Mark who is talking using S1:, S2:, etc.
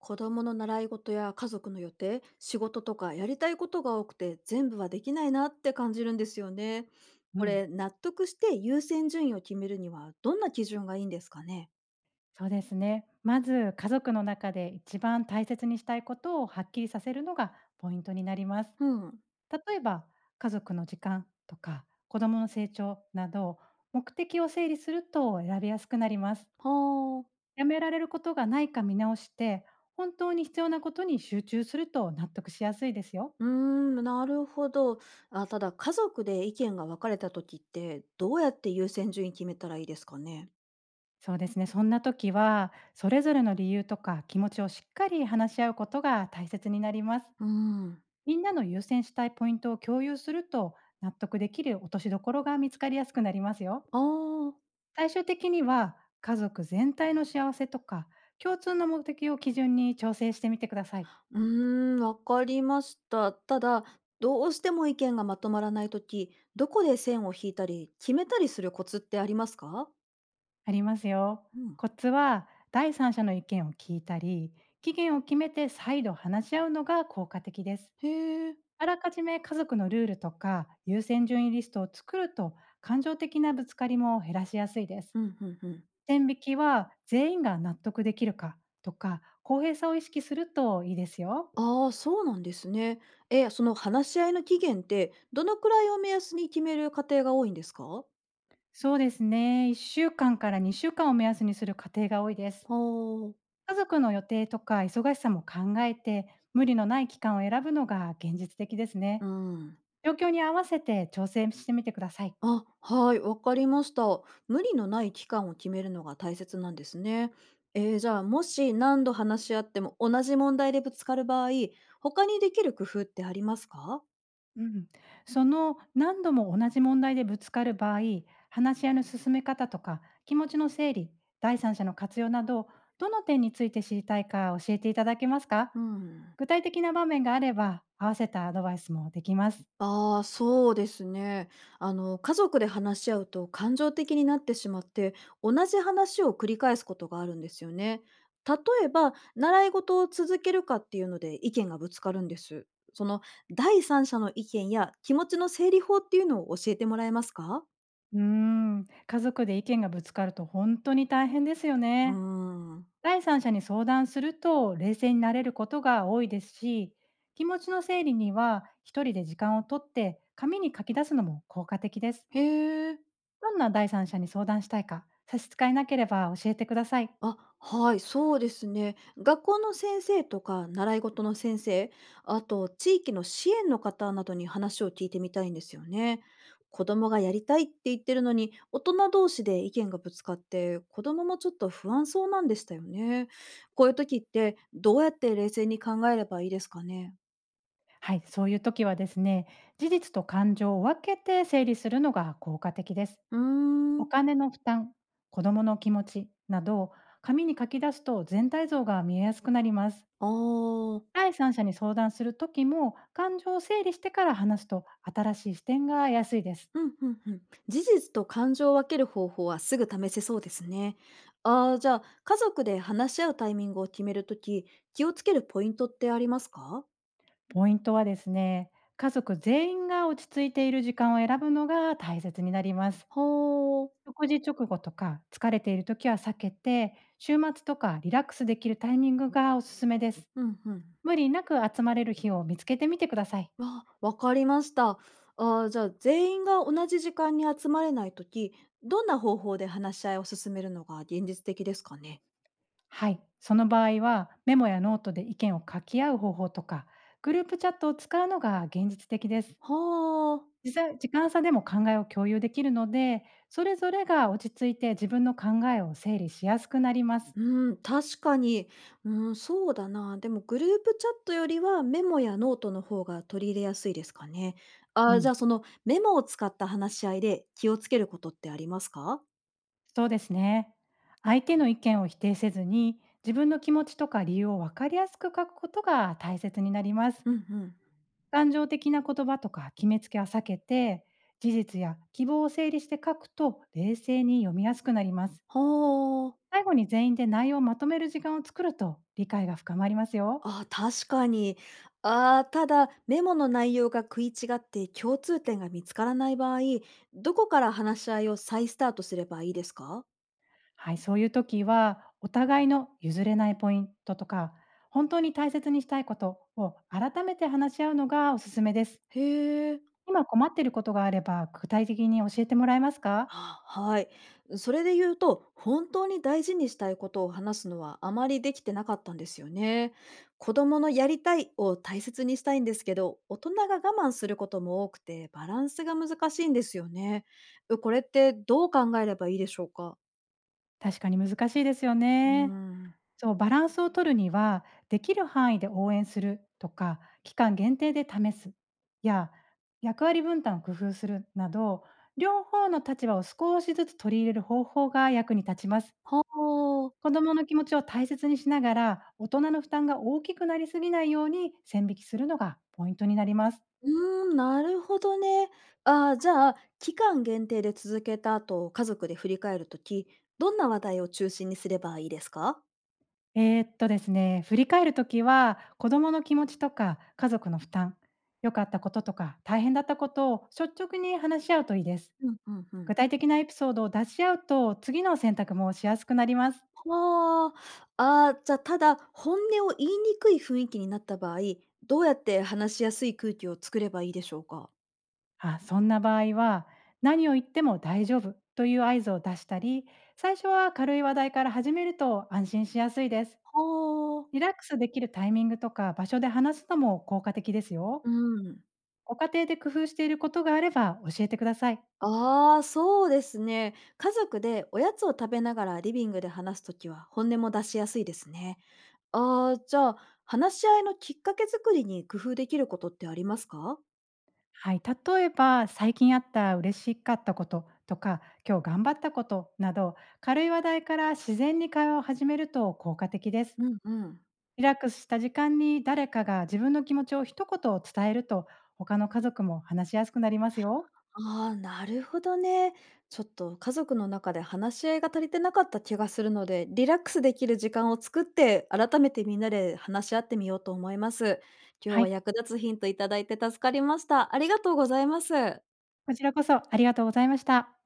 S1: 子供の習い事や家族の予定、仕事とかやりたいことが多くて全部はできないなって感じるんですよね。
S2: う
S1: こ
S2: ん、
S1: れ納得して優先順位を決めるにはどんな基準がいいんですかね？
S2: そうですね。まず家族の中で一番大切にしたいことをはっきりさせるのがポイントになります。
S1: うん。
S2: 例えば、家族の時間とか子どもの成長など、目的を整理すると選びやすくなります。
S1: はあ。
S2: やめられることがないか見直して、本当に必要なことに集中すると納得しやすいですよ。
S1: うーん、なるほど。あただ家族で意見が分かれた時ってどうやって優先順位決めたらいいですかね？
S2: そうですね。そんな時はそれぞれの理由とか気持ちをしっかり話し合うことが大切になります。
S1: うん。
S2: みんなの優先したいポイントを共有すると、納得できる落としどころが見つかりやすくなりますよ。
S1: ああ。
S2: 最終的には、家族全体の幸せとか、共通の目的を基準に調整してみてください。
S1: うーん、わかりました。ただ、どうしても意見がまとまらないとき、どこで線を引いたり、決めたりするコツってありますか？
S2: ありますよ。
S1: うん。
S2: コツは、第三者の意見を聞いたり、期限を決めて再度話し合うのが効果的です。
S1: へえ。
S2: あらかじめ家族のルールとか優先順位リストを作ると、感情的なぶつかりも減らしやすいです。
S1: うんうんうん。
S2: 線引きは全員が納得できるかとか、公平さを意識するといいですよ。
S1: ああ、そうなんですね。え、その話し合いの期限って、どのくらいを目安に決める過程が多いんですか？
S2: そうですね。1週間から2週間を目安にする家庭が多いです。
S1: ああー、
S2: 家族の予定とか忙しさも考えて、無理のない期間を選ぶのが現実的です
S1: う
S2: ね。
S1: ん。
S2: 状況に合わせて調整してみてください。
S1: あ、はい、わかりました。無理のない期間を決めるのが大切なんですね。じゃあ、もし何度話し合っても同じ問題でぶつかる場合、他にできる工夫ってありますか？
S2: うん。その何度も同じ問題でぶつかる場合、話し合いの進め方とか、気持ちの整理、第三者の活用など、どの点について知りたいか教えていただけますか？
S1: うん。
S2: 具体的な場面があれば、合わせたアドバイスもできます。
S1: ああ、そうですね。あの、家族で話し合うと感情的になってしまって、同じ話を繰り返すことがあるんですよね。例えば、習い事を続けるかっていうので意見がぶつかるんです。その、第三者の意見や気持ちの整理法っていうのを教えてもらえますか？
S2: うーん、家族で意見がぶつかると本当に大変ですよ
S1: うー
S2: ね。
S1: ん。
S2: 第三者に相談すると冷静になれることが多いですし、気持ちの整理には一人で時間をとって紙に書き出すのも効果的です。
S1: へえ。
S2: どんな第三者に相談したいか、差し支えなければ教えてください。
S1: あ、はい、そうですね。学校の先生とか習い事の先生、あと地域の支援の方などに話を聞いてみたいんですよね。子供がやりたいって言ってるのに、大人同士で意見がぶつかって、子供もちょっと不安そうなんでしたよね。こういう時ってどうやって冷静に考えればいいですかね。
S2: はい、そういう時はですね、事実と感情を分けて整理するのが効果的です。
S1: うー
S2: お
S1: ん。
S2: 金の負担、子供の気持ちなど、紙に書き出すと全体像が見えやすくなります。
S1: ああ。
S2: 第三者に相談するときも、感情を整理してから話すと新しい視点が得やすいです。
S1: うんうんうん。事実と感情を分ける方法はすぐ試せそうですね。ああ、じゃあ、家族で話し合うタイミングを決めるとき、気をつけるポイントってありますか？
S2: ポイントはですね、家族全員が落ち着いている時間を選ぶのが大切になります。
S1: ほう。
S2: 食事直後とか疲れているときは避けて、週末とかリラックスできるタイミングがおすすめです。
S1: うんうん。
S2: 無理なく集まれる日を見つけてみてください。
S1: あ、わかりました。ああ、じゃあ、全員が同じ時間に集まれないとき、どんな方法で話し合いを進めるのが現実的ですかね？
S2: はい。その場合は、メモやノートで意見を書き合う方法とか、グループチャットを使うのが現実的です。
S1: はあ。
S2: 実際、時間差でも考えを共有できるので、それぞれが落ち着いて自分の考えを整理しやすくなります。
S1: うん、確かに、うん、そうだな。でもグループチャットよりはメモやノートの方が取り入れやすいですかね。あ
S2: う
S1: ー、じ
S2: ん。
S1: ゃあ、そのメモを使った話し合いで気をつけることってありますか？
S2: そうですね。相手の意見を否定せずに、自分の気持ちとか理由を分かりやすく書くことが大切になります。
S1: うんうん。
S2: 感情的な言葉とか決めつけは避けて、事実や希望を整理して書くと冷静に読みやすくなります。
S1: ほあ。
S2: 最後に全員で内容をまとめる時間を作ると、理解が深まりますよ。
S1: あー、確かに。あー、ただメモの内容が食い違って共通点が見つからない場合、どこから話し合いを再スタートすればいいですか？
S2: はい、そういう時はお互いの譲れないポイントとか本当に大切にしたいことを改めて話し合うのがおすすめです。
S1: へえ。
S2: 今困っていることがあれば具体的に教えてもらえますか？
S1: あはい。それで言うと、本当に大事にしたいことを話すのはあまりできてなかったんですよね。子供のやりたいを大切にしたいんですけど、大人が我慢することも多くて、バランスが難しいんですよね。これってどう考えればいいでしょうか？
S2: 確かに難しいですよ
S1: う
S2: ね。
S1: ん。
S2: そう、バランスを取るには、できる範囲で応援するとか、期間限定で試すや、役割分担を工夫するなど、両方の立場を少しずつ取り入れる方法が役に立ちます。
S1: はあ。
S2: 子どもの気持ちを大切にしながら、大人の負担が大きくなりすぎないように線引きするのがポイントになります。
S1: うーん、なるほどね。ああ、じゃあ、期間限定で続けた後、家族で振り返るとき、どんな話題を中心にすればいいですか？
S2: ですね、振り返るときは、子どもの気持ちとか家族の負担、良かったこととか大変だったことを率直に話し合うといいです。
S1: うん、うん、う
S2: 具
S1: ん。
S2: 体的なエピソードを出し合うと、次の選択もしやすくなります。
S1: ああ、ああ、じゃ、あただ、本音を言いにくい雰囲気になった場合、どうやって話しやすい空気を作ればいいでしょうか？
S2: あ、そんな場合は、何を言っても大丈夫という合図を出したり、最初は軽い話題から始めると安心しやすいです。
S1: はあ。
S2: リラックスできるタイミングとか場所で話すのも効果的ですよ。
S1: うん。
S2: ご家庭で工夫していることがあれば教えてください。
S1: ああ、そうですね。家族でおやつを食べながらリビングで話すときは、本音も出しやすいですね。ああ、じゃあ、話し合いのきっかけ作りに工夫できることってありますか？
S2: はい、例えば最近あった嬉しかったこととか今日頑張ったことなど、軽い話題から自然に会話を始めると効果的です。
S1: うんうん。
S2: リラックスした時間に誰かが自分の気持ちを一言伝えると、他の家族も話しやすくなりますよ。
S1: ああ、なるほどね。ちょっと家族の中で話し合いが足りてなかった気がするので、リラックスできる時間を作って、改めてみんなで話し合ってみようと思います。今日
S2: は
S1: は
S2: い。
S1: 役立つヒントいただいて助かりました。ありがとうございます。
S2: こちらこそありがとうございました。